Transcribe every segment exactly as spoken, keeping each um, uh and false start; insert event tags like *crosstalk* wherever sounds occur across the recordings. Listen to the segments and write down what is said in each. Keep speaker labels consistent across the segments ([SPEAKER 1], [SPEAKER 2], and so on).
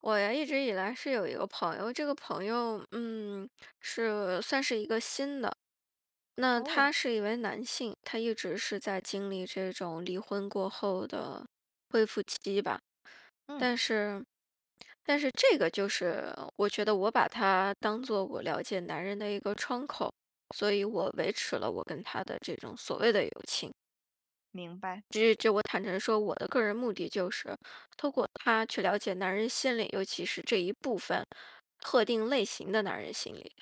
[SPEAKER 1] 我呀，一直以来是有一个朋友，这个朋友，嗯，是算是一个新的。那
[SPEAKER 2] 哦，
[SPEAKER 1] 他是一位男性，他一直是在经历这种离婚过后的恢复期吧。
[SPEAKER 2] 嗯，
[SPEAKER 1] 但是，但是这个就是我觉得我把他当做我了解男人的一个窗口，所以我维持了我跟他的这种所谓的友情。
[SPEAKER 2] 明白，
[SPEAKER 1] 这这我坦诚说，我的个人目的就是通过他去了解男人心理，尤其是这一部分特定类型的男人心理。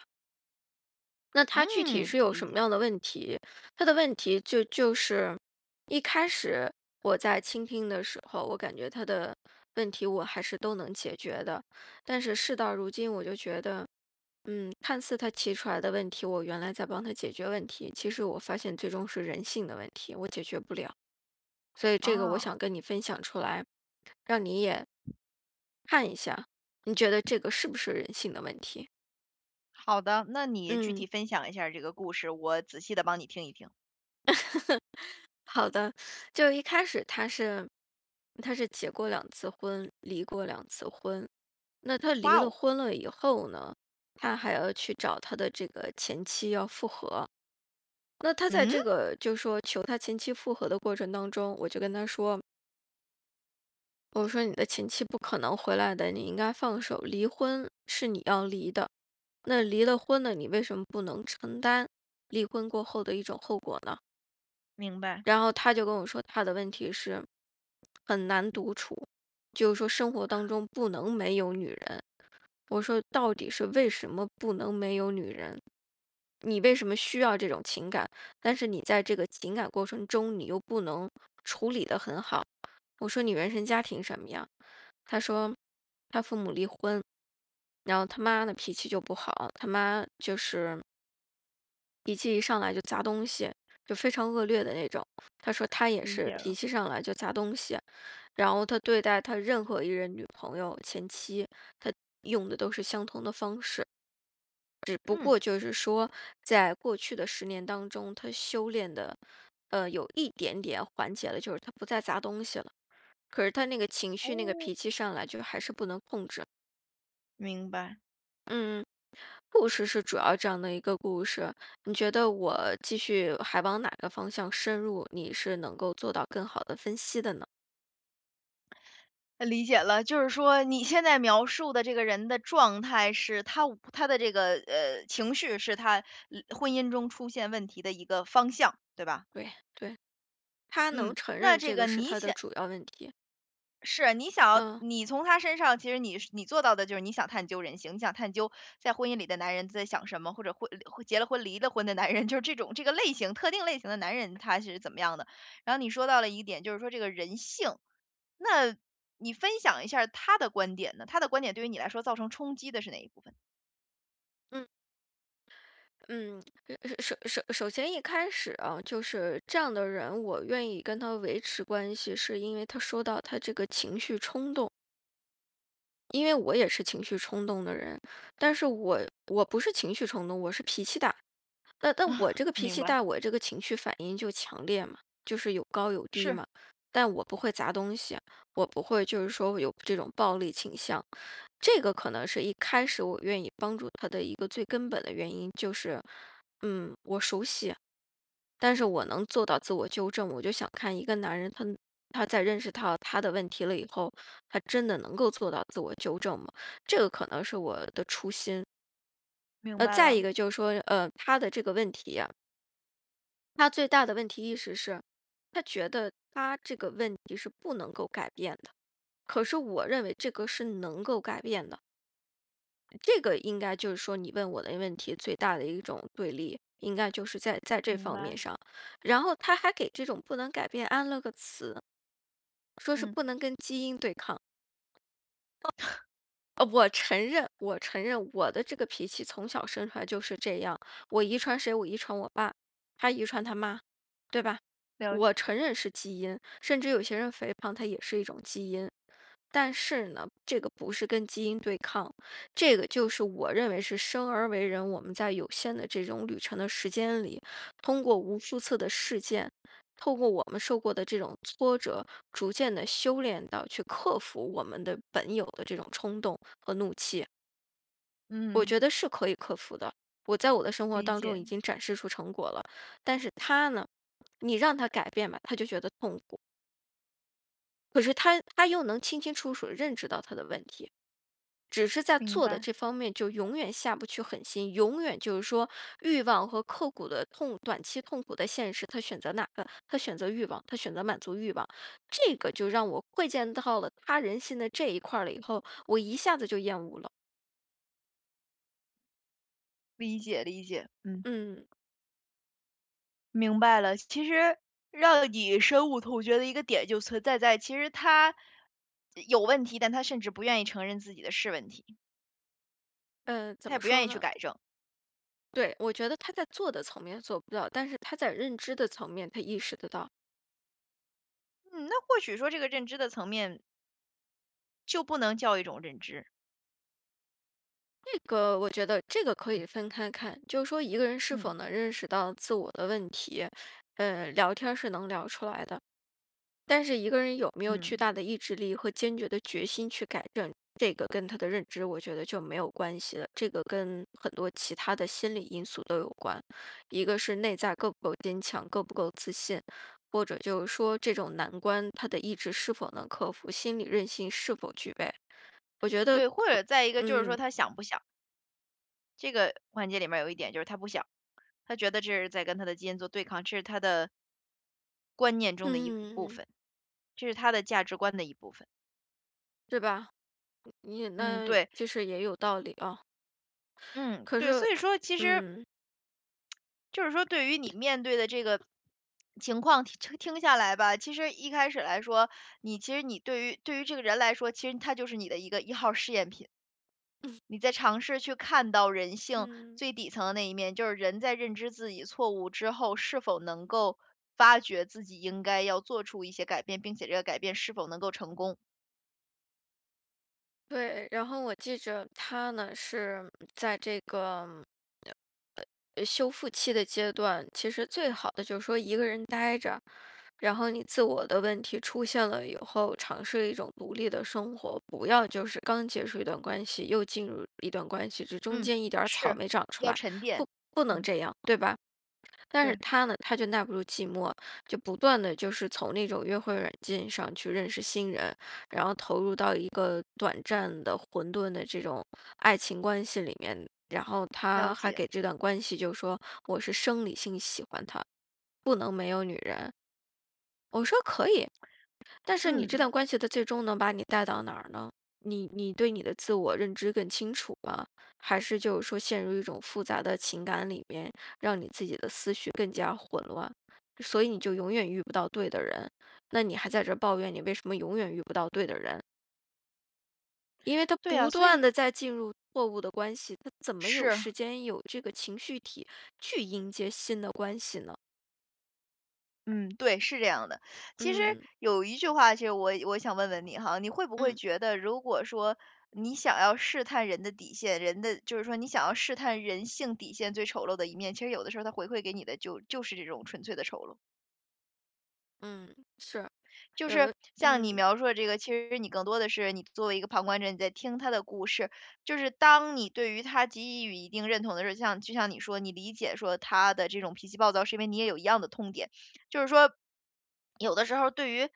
[SPEAKER 1] 那他具体
[SPEAKER 2] 嗯，
[SPEAKER 1] 是有
[SPEAKER 2] 理
[SPEAKER 1] 什
[SPEAKER 2] 解
[SPEAKER 1] 么样的问题？他的问题就就是一开始我在倾听的时候，我感觉他的问题我还是都能解决的，但是事到如今，我就觉得。嗯，看似他提出来的问题，我原来在帮他解决问题，其实我发现最终是人性的问题，我解决不了。所以这个我
[SPEAKER 2] 啊，
[SPEAKER 1] 想跟你分享出来，让你也看一下，你觉得这个是不是人性的问题？
[SPEAKER 2] 好的，那你具体
[SPEAKER 1] 嗯，
[SPEAKER 2] 分享一下这个故事，我仔细的帮你听一听。
[SPEAKER 1] *laughs* 好的，就一开始他是他是结过两次婚，离过两次婚。那他离
[SPEAKER 2] 哇
[SPEAKER 1] 了
[SPEAKER 2] 哦，
[SPEAKER 1] 婚了以后呢，他还要去找他的这个前妻要复合。那他在
[SPEAKER 2] 嗯，
[SPEAKER 1] 这个就说求他前妻复合的过程当中，我就跟他说，我说你的前妻不可能回来的，你应该放手离婚，是你要离的。那离了婚呢，你为什么不能承担离婚过后的一种后果呢？
[SPEAKER 2] 明白，
[SPEAKER 1] 然后他就跟我说，他的问题是很难独处，就是说生活当中不能没有女人。我说到底是为什么不能没有女人？你为什么需要这种情感？但是你在这个情感过程中，你又不能处理得很好。我说你原生家庭什么样？他说，然后他妈的脾气就不好，他妈就是脾气一上来就砸东西，就非常恶劣的那种。他说他也
[SPEAKER 2] 理
[SPEAKER 1] 是
[SPEAKER 2] 解
[SPEAKER 1] 脾
[SPEAKER 2] 了，
[SPEAKER 1] 气上来就砸东西，然后他对待他任何一任女朋友、前妻，他用的都是相同的方式。不
[SPEAKER 2] 嗯，
[SPEAKER 1] 过就是说，在过去的十年当中，他修炼的，呃，有一点点缓解了，就是他不再砸东西了。可是他那个情绪、那个
[SPEAKER 2] 哦，
[SPEAKER 1] 脾气上来，就还是不能控制。
[SPEAKER 2] 明白，
[SPEAKER 1] 嗯。故事是主要这样的一个故事，你觉得我继续还往哪个方向深入，你是能够做到更好的分析的呢？
[SPEAKER 2] 理解了，就是说你现在描述的这个人的状态是他他的这个呃情绪是他呃婚姻中出现问题的一个方向，对吧？
[SPEAKER 1] 对对，他能
[SPEAKER 2] 嗯，
[SPEAKER 1] 承
[SPEAKER 2] 那
[SPEAKER 1] 认
[SPEAKER 2] 这
[SPEAKER 1] 这个
[SPEAKER 2] 个
[SPEAKER 1] 是
[SPEAKER 2] 你
[SPEAKER 1] 他的
[SPEAKER 2] 想。
[SPEAKER 1] 主要问题。
[SPEAKER 2] 是，你想要
[SPEAKER 1] 嗯，
[SPEAKER 2] 你从他身上，其实你是你做到的就是你想探究人性，你想探究在婚姻里的男人在想什么，或者婚婚结了婚离了婚的男人，*laughs* 就是这种这个类型特定类型的男人他是怎么样的。然后你说到了一点，就是说这个人性，那你分享一下儿他的观点呢？他的观点对于你来说造成冲击的是哪一部分？
[SPEAKER 1] 嗯，嗯，呃首首首先一开始啊，就是这样的人，我愿意跟他维持关系，是因为他说到他这个情绪冲动，因为我也是情绪冲动的人，但是我我不是情绪冲动，我是脾气大。那
[SPEAKER 2] *laughs*
[SPEAKER 1] 但我
[SPEAKER 2] 啊，
[SPEAKER 1] 这个脾
[SPEAKER 2] 明
[SPEAKER 1] 气
[SPEAKER 2] 白，
[SPEAKER 1] 大，我这个情绪反应就强烈嘛，就是有高有低
[SPEAKER 2] 是
[SPEAKER 1] 嘛。但我不会砸东西，我不会就是说有这种暴力倾向，这个可能是一开始我愿意帮助他的一个最根本的原因，就是，嗯，我熟悉，但是我能做到自我纠正。我就想看一个男人他，他在认识到他的问题了以后，他真的能够做到自我纠正吗？这个可能是我的初心。
[SPEAKER 2] 明
[SPEAKER 1] 那
[SPEAKER 2] 白
[SPEAKER 1] 再
[SPEAKER 2] 了，
[SPEAKER 1] 一个就是说，呃，他的这个问题啊他最大的问题意识是，他觉得他这个问题是不能够改变的。可是我认为这个是能够改变的，这个应该就是说你问我的问题最大的一种对立，应该就是在在这
[SPEAKER 2] 明
[SPEAKER 1] 方面
[SPEAKER 2] 白，
[SPEAKER 1] 上。然后他还给这种不能改变安了个词，说是
[SPEAKER 2] 嗯，
[SPEAKER 1] 不能跟基因对抗。呃，我承认，我承认我的这个脾气从小生出来就是这样。我遗传谁？我遗传我爸，他遗传他妈，对吧？
[SPEAKER 2] 了，
[SPEAKER 1] 我承认是基因，甚至有些人肥胖，它也是一种基因。但是呢，这个不是跟基因对抗，这个就是我认为是生而为人，我们在有限的这种旅程的时间里，通过无数次的事件。透过我们受过的这种挫折，逐渐的修炼到去克服我们的本有的这种冲动和怒气，我
[SPEAKER 2] 嗯，
[SPEAKER 1] 觉得是可以克服的。我在我的生活
[SPEAKER 2] 理
[SPEAKER 1] 当中
[SPEAKER 2] 解，
[SPEAKER 1] 已经展示出成果了，但是他呢，你让他改变吧，他就觉得痛苦，可是他他又能清清楚楚地认知到他的问题。只是在
[SPEAKER 2] 明
[SPEAKER 1] 做的
[SPEAKER 2] 白，
[SPEAKER 1] 这方面就永远下不去狠心，永远就是说欲望和刻骨的痛、短期痛苦的现实，他选择哪个？他选择欲望，他选择满足欲望，这个就让我窥见到了他人性的这一块儿了以后，我一下子就厌恶了。
[SPEAKER 2] 理解，理解，嗯。
[SPEAKER 1] 嗯，
[SPEAKER 2] 明白了，其实让你深恶痛绝的一个点就存在在，其实他呃有问题，但他甚至不愿意承认自己的是问题，
[SPEAKER 1] 呃，
[SPEAKER 2] 他
[SPEAKER 1] 怎
[SPEAKER 2] 也
[SPEAKER 1] 么
[SPEAKER 2] 不愿
[SPEAKER 1] 说
[SPEAKER 2] 意去
[SPEAKER 1] 呢？
[SPEAKER 2] 改正。
[SPEAKER 1] 对，我觉得他在做的层面做不到，但是他在认知的层面，他意识得到。
[SPEAKER 2] 嗯，那或许说这个认知的层面就不能叫一种认知。
[SPEAKER 1] 这个我觉得这个可以分开看，就是说一个人是
[SPEAKER 2] 嗯
[SPEAKER 1] 否能认识到自我的问题，呃，聊天儿是能聊出来的，但是一个人有没有巨
[SPEAKER 2] 嗯，
[SPEAKER 1] 大的意志力和坚决的决心去改正，这个跟他的认知，我觉得就没有关系了。这个跟很多其他的心理因素都有关，一个是内在够不够坚强，够不够自信，或者就是说这种难关他的意志是否能克服，心理韧性是否具备。我觉得，
[SPEAKER 2] 对，或者再一个就是说
[SPEAKER 1] 嗯
[SPEAKER 2] 他想不想，这个环节里面有一点就是他不想，他觉得这是在跟他的基因做对抗，这是他的观念中的一部
[SPEAKER 1] 嗯，
[SPEAKER 2] 分，这是他的价值观的一部分。
[SPEAKER 1] 对吧？你
[SPEAKER 2] 嗯，
[SPEAKER 1] 那
[SPEAKER 2] 对，
[SPEAKER 1] 其实也有道理啊，
[SPEAKER 2] 嗯，
[SPEAKER 1] 可
[SPEAKER 2] 对，
[SPEAKER 1] 是，
[SPEAKER 2] 所以说其实
[SPEAKER 1] 嗯
[SPEAKER 2] 就是说对于你面对的这个情况，听听下来吧，其实一开始来说，你其实你对于对于这个人来说，其实他就是你的一个一号试验品。你在尝试去看到人性
[SPEAKER 1] 嗯，
[SPEAKER 2] 最底层的那一面，就是人在认知自己错误之后，是否能够发觉自己应该要做出一些改变，并且这个改变是否能够成功。
[SPEAKER 1] 对。然后我记着他呢是在这个呃修复期的阶段，其实最好的就是说一个人待着，然后你自我的问题出现了以后，尝试一种独立的生活，不要就是刚结束一段关系又进入一段关系，这中
[SPEAKER 2] 嗯，
[SPEAKER 1] 间一点儿草
[SPEAKER 2] 是
[SPEAKER 1] 没长出
[SPEAKER 2] 要
[SPEAKER 1] 来，
[SPEAKER 2] 沉淀。
[SPEAKER 1] 不不能
[SPEAKER 2] 嗯，
[SPEAKER 1] 这样，对吧？但是
[SPEAKER 2] 对，
[SPEAKER 1] 他呢，他就耐不住寂寞，就不断的就是从那种约会软件上去认识新人，然后投入到一个短暂的混沌的这种爱情关系里面。然后
[SPEAKER 2] 了
[SPEAKER 1] 他还
[SPEAKER 2] 解。
[SPEAKER 1] 给这段关系就说我是生理性喜欢他，不能没有女人。我说可以啊但是你这段
[SPEAKER 2] 嗯，
[SPEAKER 1] 关系的最终能把你带到哪儿呢？你你对你的自我认知更清楚吗？还是就是说陷入一种复杂的情感里面，让你自己的思绪更加混乱，所以你就永远遇不到对的人。那你还在这儿抱怨你为什么永远遇不到对的人？因为他
[SPEAKER 2] 对啊，
[SPEAKER 1] 不
[SPEAKER 2] 所
[SPEAKER 1] 断
[SPEAKER 2] 以
[SPEAKER 1] 的在进入错误的关系，他怎么有
[SPEAKER 2] 是。
[SPEAKER 1] 时间有这个情绪体去迎接新的关系呢？
[SPEAKER 2] 嗯，对，是这样的。其实
[SPEAKER 1] 嗯
[SPEAKER 2] 有一句话，其实我我想问问你哈，你会不会
[SPEAKER 1] 嗯
[SPEAKER 2] 觉得，如果说你想要试探人的底线，人的就是说你想要试探人性底线最丑陋的一面，其实有的时候他回馈给你的就就是这种纯粹的丑陋。
[SPEAKER 1] 嗯，是
[SPEAKER 2] 就
[SPEAKER 1] 有
[SPEAKER 2] 是
[SPEAKER 1] 的，
[SPEAKER 2] 像你
[SPEAKER 1] 嗯。
[SPEAKER 2] 描述的这个，其实你更多的是你作为一个旁观者，你在听他的故事。就是当你对于他给予一定认同的时候，像就像你说，你理解说他的这种脾气暴躁，是因为你也有一样的痛点。就是说，有的时候对于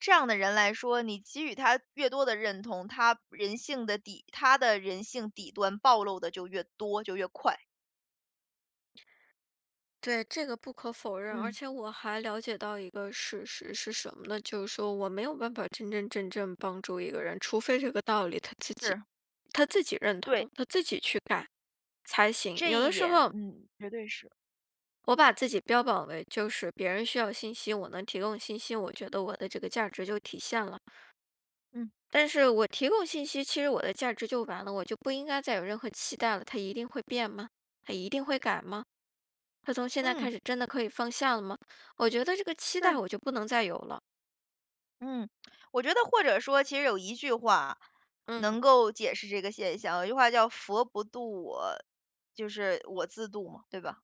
[SPEAKER 2] 这样的人来说，你给予他越多的认同，他人性的底，他的人性底端暴露的就越多，就越快。
[SPEAKER 1] 对，这个不可否认，而
[SPEAKER 2] 嗯，
[SPEAKER 1] 且我还了解到一个事实是什么呢？就是说我没有办法真真正正帮助一个人，除非这个道理他自己
[SPEAKER 2] 是
[SPEAKER 1] 他自己认
[SPEAKER 2] 对
[SPEAKER 1] 同，他自己去改才行。
[SPEAKER 2] 这
[SPEAKER 1] 有
[SPEAKER 2] 一
[SPEAKER 1] 的时
[SPEAKER 2] 点，
[SPEAKER 1] 候
[SPEAKER 2] 嗯，绝对是，
[SPEAKER 1] 我把自己标榜为就是别人需要信息，我能提供信息，我觉得我的这个价值就体现了。
[SPEAKER 2] 嗯。
[SPEAKER 1] 但是我提供信息，其实我的价值就完了，我就不应该再有任何期待了。它一定会变吗？它一定会改吗？他从现在开
[SPEAKER 2] 嗯，
[SPEAKER 1] 始真的可以放下了吗？我觉得这个期
[SPEAKER 2] 是
[SPEAKER 1] 待我就不能再有了，
[SPEAKER 2] 嗯，我觉得或者说其实有一句话
[SPEAKER 1] 嗯，
[SPEAKER 2] 能够解释这个现象，有句话叫"佛不渡我，就是我自渡"嘛，对吧？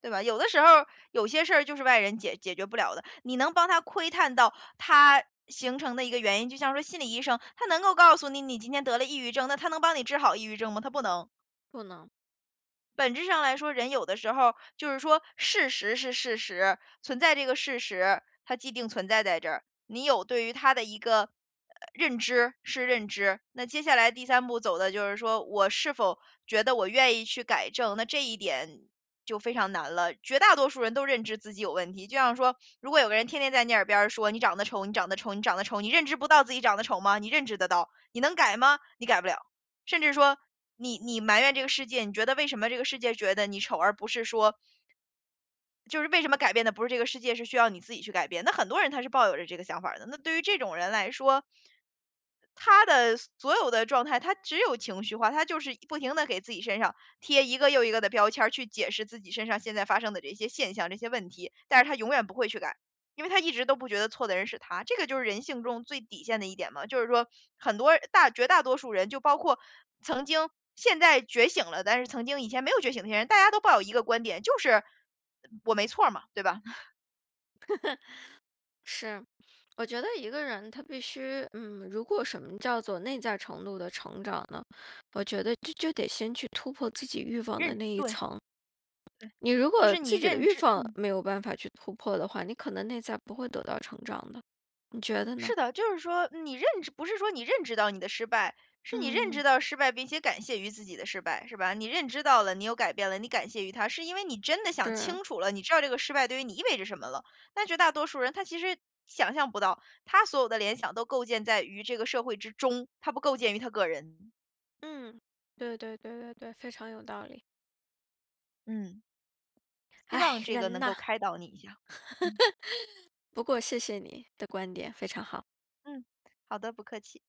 [SPEAKER 2] 对吧？有的时候有些事儿就是外人解解决不了的，你能帮他窥探到他形成的一个原因，就像说心理医生，他能够告诉你你今天得了抑郁症，那他能帮你治好抑郁症吗？他不能。
[SPEAKER 1] 不能。
[SPEAKER 2] 本质上来说，人有的时候就是说事实是事实，存在这个事实，它既定存在在这儿，你有对于它的一个呃认知是认知。那接下来第三步走的就是说我是否觉得我愿意去改正，那这一点就非常难了。绝大多数人都认知自己有问题，就像说，如果有个人天天在你耳边儿说你长得丑，你长得丑，你长得丑，你认知不到自己长得丑吗？你认知得到，你能改吗？你改不了。甚至说你你埋怨这个世界，你觉得为什么这个世界觉得你丑，而不是说就是为什么改变的不是这个世界，是需要你自己去改变。那很多人他是抱有着这个想法儿的，那对于这种人来说，他的所有的状态，他只有情绪化，他就是不停的给自己身上贴一个又一个的标签儿，去解释自己身上现在发生的这些现象、这些问题，但是他永远不会去改，因为他一直都不觉得错的人是他。这个就是人性中最底线的一点嘛，就是说很多大绝大多数人，就包括曾经现在觉醒了，但是曾经以前没有觉醒那些人，大家都抱有一个观点，就是呃我没错儿嘛，对吧？*laughs*
[SPEAKER 1] 是，我觉得一个人他必须，嗯，如果什么叫做内在程度的成长呢？我觉得就就得先去突破自己欲望的
[SPEAKER 2] 认
[SPEAKER 1] 那一
[SPEAKER 2] 对
[SPEAKER 1] 层。
[SPEAKER 2] 对，
[SPEAKER 1] 你如
[SPEAKER 2] 就
[SPEAKER 1] 果
[SPEAKER 2] 是你
[SPEAKER 1] 自己的
[SPEAKER 2] 认
[SPEAKER 1] 欲
[SPEAKER 2] 知
[SPEAKER 1] 望
[SPEAKER 2] 嗯。
[SPEAKER 1] 没有办法去突破的话，你可能内在不会得到成长的，你觉得呢？
[SPEAKER 2] 是的，就是说你认知不是说你认知到你的失败，是你认知
[SPEAKER 1] 嗯，
[SPEAKER 2] 到失败，并且感谢于自己的失败，是吧？你认知到了，你有改变了，你感谢于他，是因为你真的想
[SPEAKER 1] 是，
[SPEAKER 2] 清楚了，你知道这个失败对于你意味着什么了。那绝大多数人他其实想象不到，他所有的联想都构建在于这个社会之中，他不构建于他个人。
[SPEAKER 1] 嗯，对对对对对，非常有道理。
[SPEAKER 2] 嗯，希
[SPEAKER 1] 哎，
[SPEAKER 2] 望这个
[SPEAKER 1] 人
[SPEAKER 2] 能够
[SPEAKER 1] 呐，
[SPEAKER 2] 开导你一下。嗯
[SPEAKER 1] 不过谢谢你的观点，非常好。
[SPEAKER 2] 嗯，好的，不客气。